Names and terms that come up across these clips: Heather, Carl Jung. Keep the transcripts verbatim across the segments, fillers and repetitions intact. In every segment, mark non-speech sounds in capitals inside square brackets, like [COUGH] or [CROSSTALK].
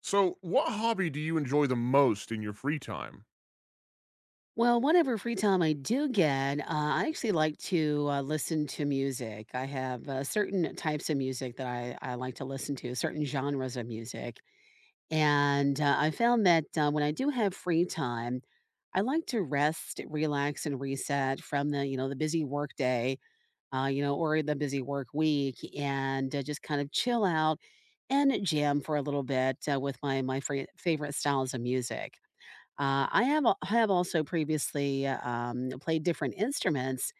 So, what hobby do you enjoy the most in your free time? Well, whatever free time I do get, uh, I actually like to uh, listen to music. I have uh, certain types of music that I, I like to listen to, certain genres of music. And uh, I found that uh, when I do have free time, I like to rest, relax, and reset from the, you know, the busy work day, uh, you know, or the busy work week and uh, just kind of chill out and jam for a little bit uh, with my, my free, favorite styles of music. Uh, I have al- have also previously um, played different instruments,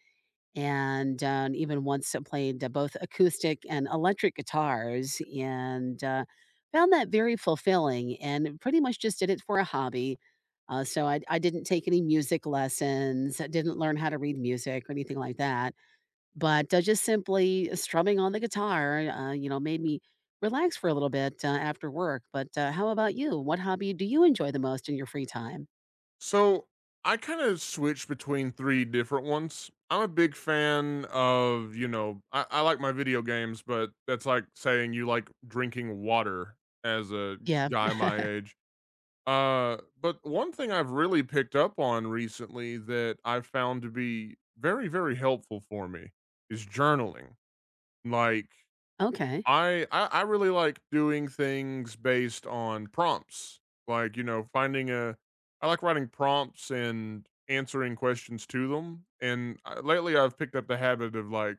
and uh, even once I played uh, both acoustic and electric guitars, and uh, found that very fulfilling. And pretty much just did it for a hobby. Uh, so I, I didn't take any music lessons. I didn't learn how to read music or anything like that. But uh, just simply strumming on the guitar, uh, you know, made me relax for a little bit uh, after work. But uh, how about you? What hobby do you enjoy the most in your free time? So, I kind of switch between three different ones. I'm a big fan of, you know, I, I like my video games, but that's like saying you like drinking water as a Yeah. guy [LAUGHS] my age. Uh, but one thing I've really picked up on recently that I've found to be very, very helpful for me is journaling. Like, Okay. I, I I really like doing things based on prompts. Like, you know, finding a I like writing prompts and answering questions to them. And I, lately I've picked up the habit of like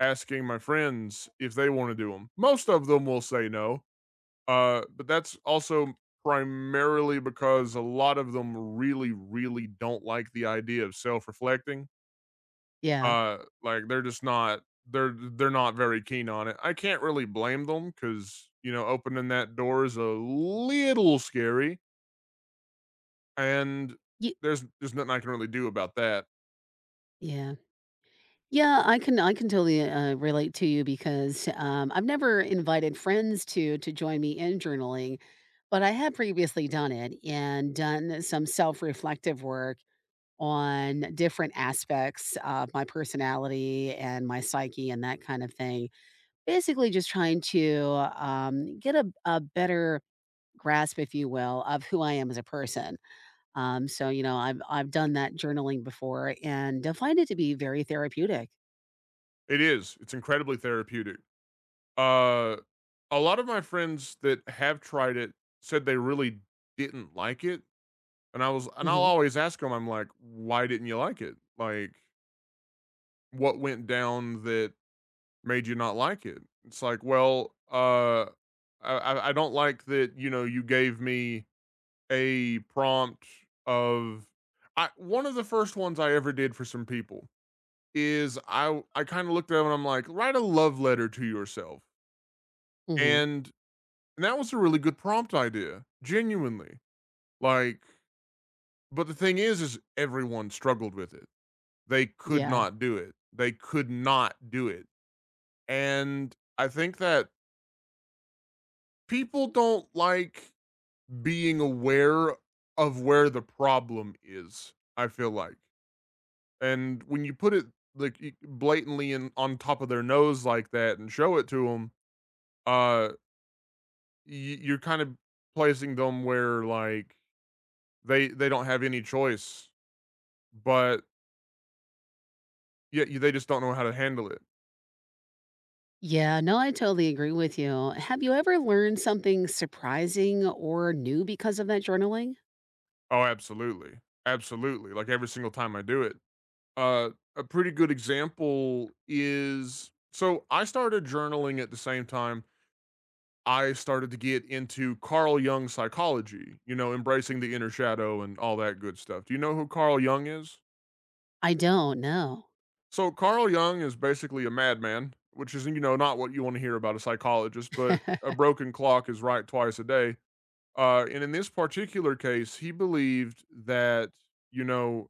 asking my friends if they want to do them. Most of them will say no. Uh but that's also primarily because a lot of them really really don't like the idea of self-reflecting, Yeah. uh, like, they're just not they're they're not very keen on it. I can't really blame them because, you know, opening that door is a little scary, and Ye there's there's nothing I can really do about that. Yeah. Yeah, I can I can totally, uh, relate to you because, um, I've never invited friends to to join me in journaling, but I had previously done it and done some self-reflective work on different aspects of my personality and my psyche and that kind of thing. Basically just trying to, um, get a a better grasp, if you will, of who I am as a person. Um, so, you know, I've I've done that journaling before and I find it to be very therapeutic. It is, it's incredibly therapeutic. Uh, a lot of my friends that have tried it said they really didn't like it, and I was and I'll Mhm. always ask them. 'em, I'm like, "Why didn't you like it?" Like, "What went down that made you not like it?" It's like, well, uh, I I I don't like that, you know, you gave me a prompt of I one of the first ones I ever did for some people is I I kinda looked at them and I'm like, "Write a love letter to yourself." Mhm. And that was a really good prompt idea, genuinely. Like, but the thing is, is everyone struggled with it. They could Yeah. not do it. They could not do it. And I think that people don't like being aware of where the problem is, I feel like. And when you put it like y- blatantly in on top of their nose like that and show it to them, uh, y- you're kind of placing them where like they they don't have any choice, but yet y- they just don't know how to handle it. Yeah, no, I totally agree with you. Have you ever learned something surprising or new because of that journaling? Oh, absolutely, absolutely. Like every single time I do it, uh, a pretty good example is so I started journaling at the same time I started to get into Carl Jung psychology, you know, embracing the inner shadow and all that good stuff. Do you know who Carl Jung is? I don't know. So Carl Jung is basically a madman, which is, you know, not what you want to hear about a psychologist, but a [LAUGHS] broken clock is right twice a day. Uh, and in this particular case, he believed that, you know,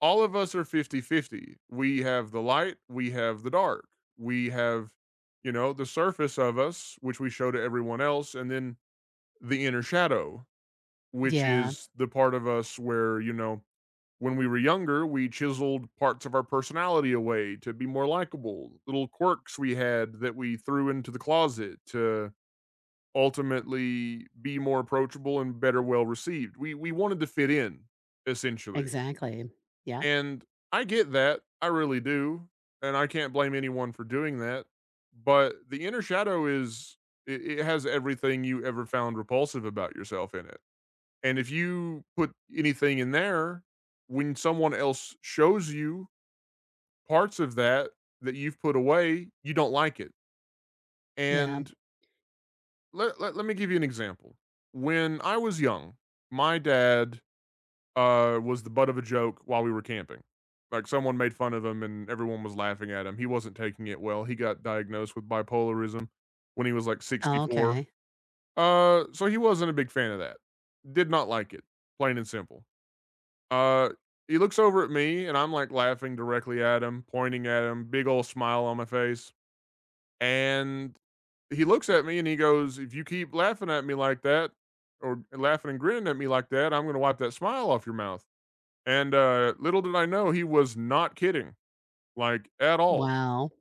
all of us are fifty-fifty. We have the light, we have the dark, we have, you know, the surface of us, which we show to everyone else, and then the inner shadow. Which Yeah, is the part of us where, you know, when we were younger, we chiseled parts of our personality away to be more likable, little quirks we had that we threw into the closet to ultimately be more approachable and better well received. We we wanted to fit in, essentially. exactly. Yeah. And I get that. I really do. And I can't blame anyone for doing that. But the inner shadow is it, it has everything you ever found repulsive about yourself in it. And if you put anything in there, when someone else shows you parts of that that you've put away, you don't like it. Yeah. And let, let, let me give you an example. When I was young, my dad uh, was the butt of a joke while we were camping. Like someone made fun of him and everyone was laughing at him. He wasn't taking it well. He got diagnosed with bipolarism when he was like sixty-four. Okay. Uh, so he wasn't a big fan of that. Did not like it, plain and simple. Uh, he looks over at me and I'm like laughing directly at him, pointing at him, big old smile on my face. And he looks at me and he goes, "If you keep laughing at me like that, or laughing and grinning at me like that, I'm going to wipe that smile off your mouth." And uh, little did I know, he was not kidding, like at all. Wow.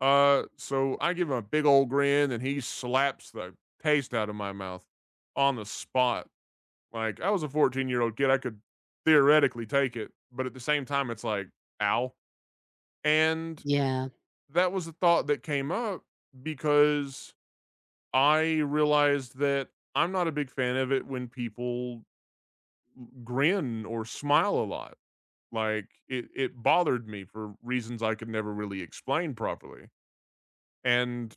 Uh, so I give him a big old grin and he slaps the taste out of my mouth on the spot. Like I was a fourteen year old kid, I could theoretically take it, but at the same time, it's like, ow. And Yeah. that was a thought that came up because I realized that I'm not a big fan of it when people grin or smile a lot. Like it, it bothered me for reasons I could never really explain properly. And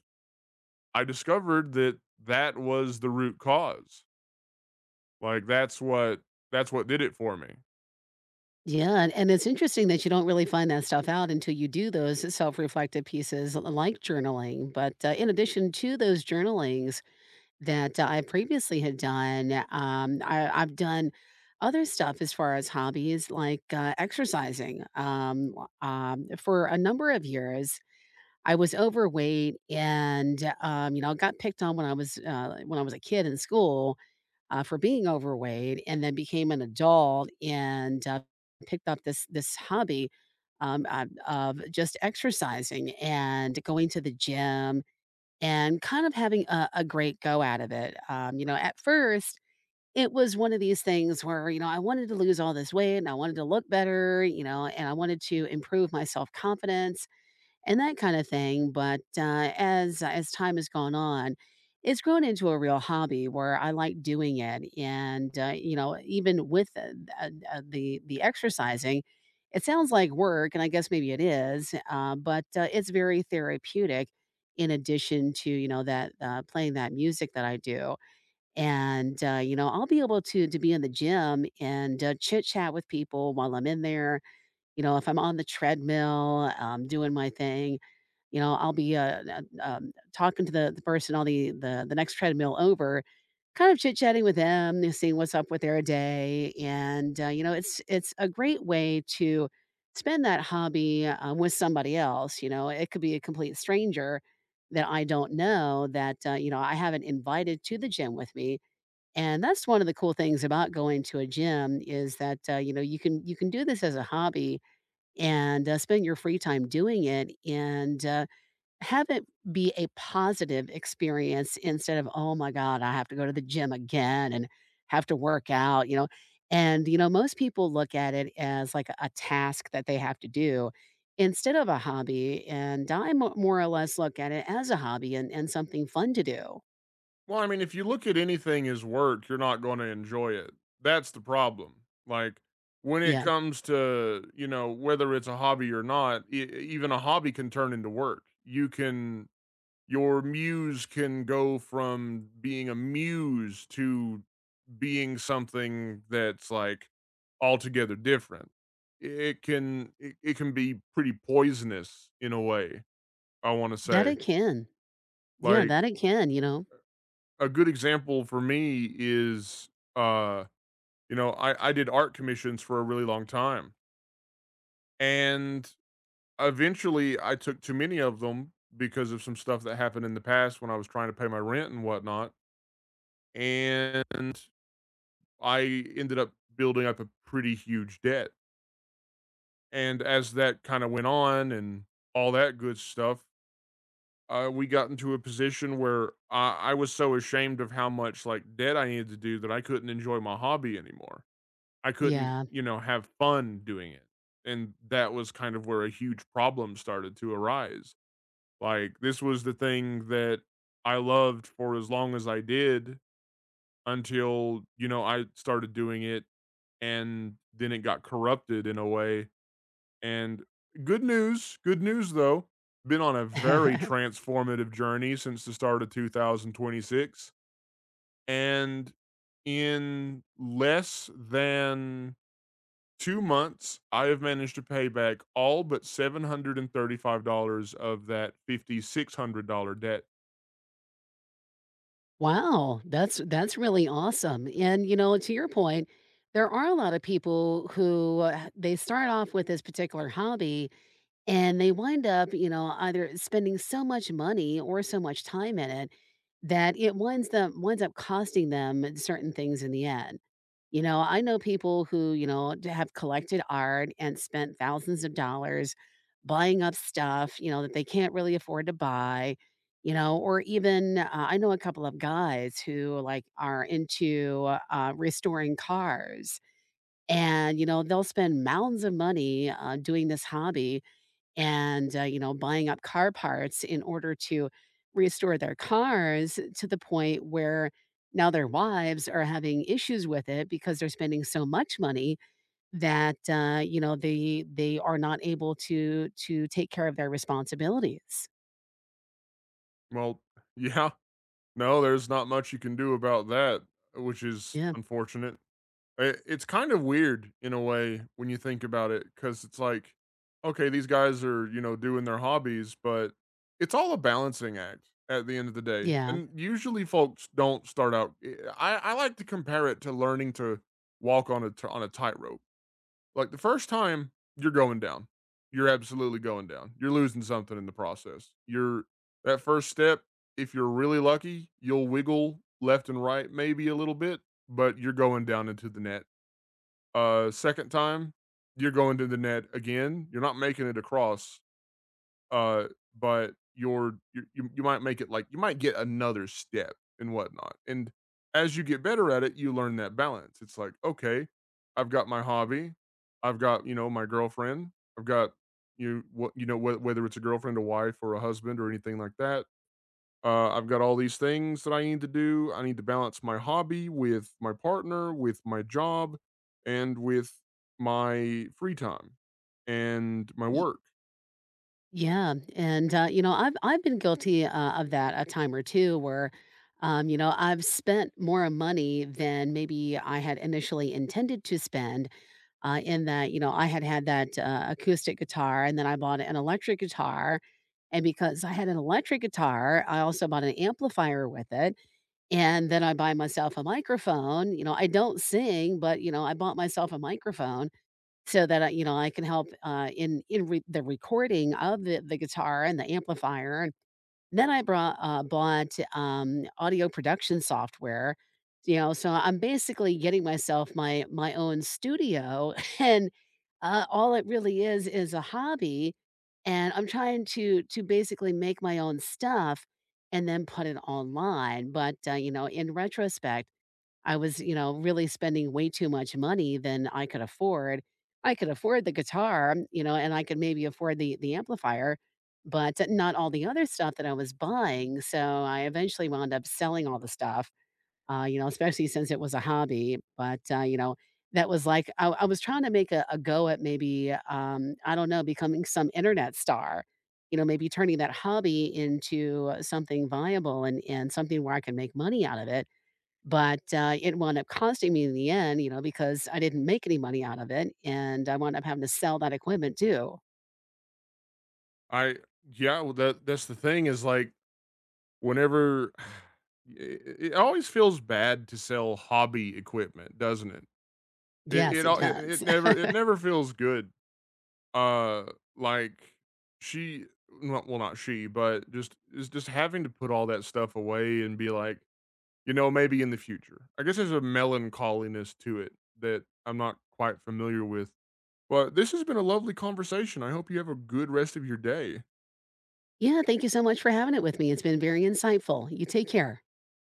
I discovered that that was the root cause. Like that's what that's what did it for me. Yeah. And and it's interesting that you don't really find that stuff out until you do those self reflective pieces like journaling. But uh, in addition to those journalings, that I previously had done, um, I I've done other stuff as far as hobbies, like, uh, exercising, um, um, for a number of years, I was overweight and, um, you know, got picked on when I was, uh when I was a kid in school, uh, for being overweight and then became an adult and, uh, picked up this this hobby, um, of of just exercising and going to the gym and kind of having a, a great go out of it. Um, you know, at first, it was one of these things where, you know, I wanted to lose all this weight and I wanted to look better, you know, and I wanted to improve my self confidence and that kind of thing. But uh, as as time has gone on, it's grown into a real hobby where I like doing it, and uh, you know, even with uh, uh, uh, the the exercising, it sounds like work, and I guess maybe it is, uh, but uh, it's very therapeutic. In addition to you know that uh, playing that music that I do, and uh, you know I'll be able to to be in the gym and uh, chit chat with people while I'm in there, you know, if I'm on the treadmill, um, doing my thing, you know, I'll be, uh, uh, um, talking to the the person on the the the next treadmill over, kind of chit-chatting with them and seeing what's up with their day, and, uh, you know, it's it's a great way to spend that hobby, um, with somebody else, you know? It could be a complete stranger that I don't know that, uh, you know, I haven't invited to the gym with me, and that's one of the cool things about going to a gym is that, uh, you know, you can you can do this as a hobby and, uh, spend your free time doing it and, uh, have it be a positive experience instead of, "Oh my god, I have to go to the gym again and have to work out," you know? And, you know, most people look at it as like a task that they have to do instead of a hobby, and I mo more or less look at it as a hobby and and something fun to do. Well, I mean, if you look at anything as work, you're not gonna enjoy it. That's the problem. Like, when it Yeah. comes to, you know, whether it's a hobby or not, e e, even a hobby can turn into work. You can your muse can go from being a muse to being something that's, like, altogether different. it can it it can be pretty poisonous in a way, I wanna That say. it can. Yeah, Like, that it can, you know? a good example for me is, uh, you know, I I did art commissions for a really long time, and eventually I took too many of them because of some stuff that happened in the past when I was trying to pay my rent and whatnot, and I ended up building up a pretty huge debt, and as that kinda went on and all that good stuff, uh, we got into a position where I I was so ashamed of how much, like, debt I needed to do that I couldn't enjoy my hobby anymore. I couldn't, Yeah. you know, have fun doing it. And that was kind of where a huge problem started to arise. Like this was the thing that I loved for as long as I did until, you know, I started doing it and then it got corrupted in a way. And good news, good news though, been on a very [LAUGHS] transformative journey since the start of two thousand twenty-six, and in less than two months, I have managed to pay back all but seven hundred thirty-five dollars of that five thousand six hundred dollars debt. Wow, that's that's really awesome. And you know, to your point, there are a lot of people who uh, they start off with this particular hobby and they wind up, you know, either spending so much money or so much time in it that it winds them winds up costing them certain things in the end. You know, I know people who, you know, d have collected art and spent thousands of dollars buying up stuff, you know, that they can't really afford to buy, you know, or even, uh, I know a couple of guys who, like, are into, uh, restoring cars, and, you know, they'll spend mounds of money, uh, doing this hobby and, uh, you know, buying up car parts in order to restore their cars to the point where now their wives are having issues with it because they're spending so much money that uh, you know they they are not able to to take care of their responsibilities. Well, [LAUGHS] yeah, no, there's not much you can do about that, which is Yeah, unfortunate. I it's kind of weird in a way when you think about it, because it's like, okay, these guys are, you know, doing their hobbies, but it's all a balancing act at the end of the day, yeah, and usually folks don't start out eh, I I like to compare it to learning to walk on a t on a tightrope. Like, the first time, you're going down. You're absolutely going down. You're losing something in the process. You're that first step, if you're really lucky, you'll wiggle left and right maybe a little bit, but you're going down into the net. Uh, second time, you're going to the net again. You're not making it across. Uh, but you're you you you might make it like you might get another step and whatnot. And as you get better at it, you learn that balance. It's like, okay, I've got my hobby, I've got, you know, my girlfriend, I've got you what you know, wh- whether it's a girlfriend, a wife, or a husband, or anything like that. Uh, I've got all these things that I need to do. I need to balance my hobby with my partner, with my job, and with my free time and my y- work. yeah, and uh, you know I've I've been guilty uh, of that a time or two where. Um, you know, I've spent more money than maybe I had initially intended to spend uh, in that, you know, I had had that, uh, acoustic guitar and then I bought an electric guitar, and because I had an electric guitar, I also bought an amplifier with it, and then I buy myself a microphone, you know, I don't sing, but, you know, I bought myself a microphone so that I you know, I can help, uh, in in re the recording of the the guitar and the amplifier, then I brought uh, bought, um, audio production software, you know, so I'm basically getting myself my my own studio, [LAUGHS] and, uh, all it really is is a hobby, and I'm trying to to basically make my own stuff and then put it online, but, uh, you know, in retrospect, I was, you know, really spending way too much money than I could afford. I could afford the guitar, you know, and I could maybe afford the the amplifier, but not all the other stuff that I was buying. So I eventually wound up selling all the stuff, uh, you know, especially since it was a hobby. But uh, you know, that was like I, I was trying to make a, a go at maybe um, I don't know, becoming some internet star. You know, maybe turning that hobby into something viable and and something where I can make money out of it but, uh, it wound up costing me in the end, you know, because I didn't make any money out of it, and I wound up having to sell that equipment too. I Yeah, well, that that's the thing is like whenever [SIGHS] it, it always feels bad to sell hobby equipment, doesn't it? It Yes, it it al- it, it does. never [LAUGHS] it never feels good. Uh, like she, not, well, not she, but just is just having to put all that stuff away and be like, you know, maybe in the future. I guess there's a melancholiness to it that I'm not quite familiar with. But this has been a lovely conversation. I hope you have a good rest of your day. Yeah, thank you so much for having it with me. It's been very insightful. You take care.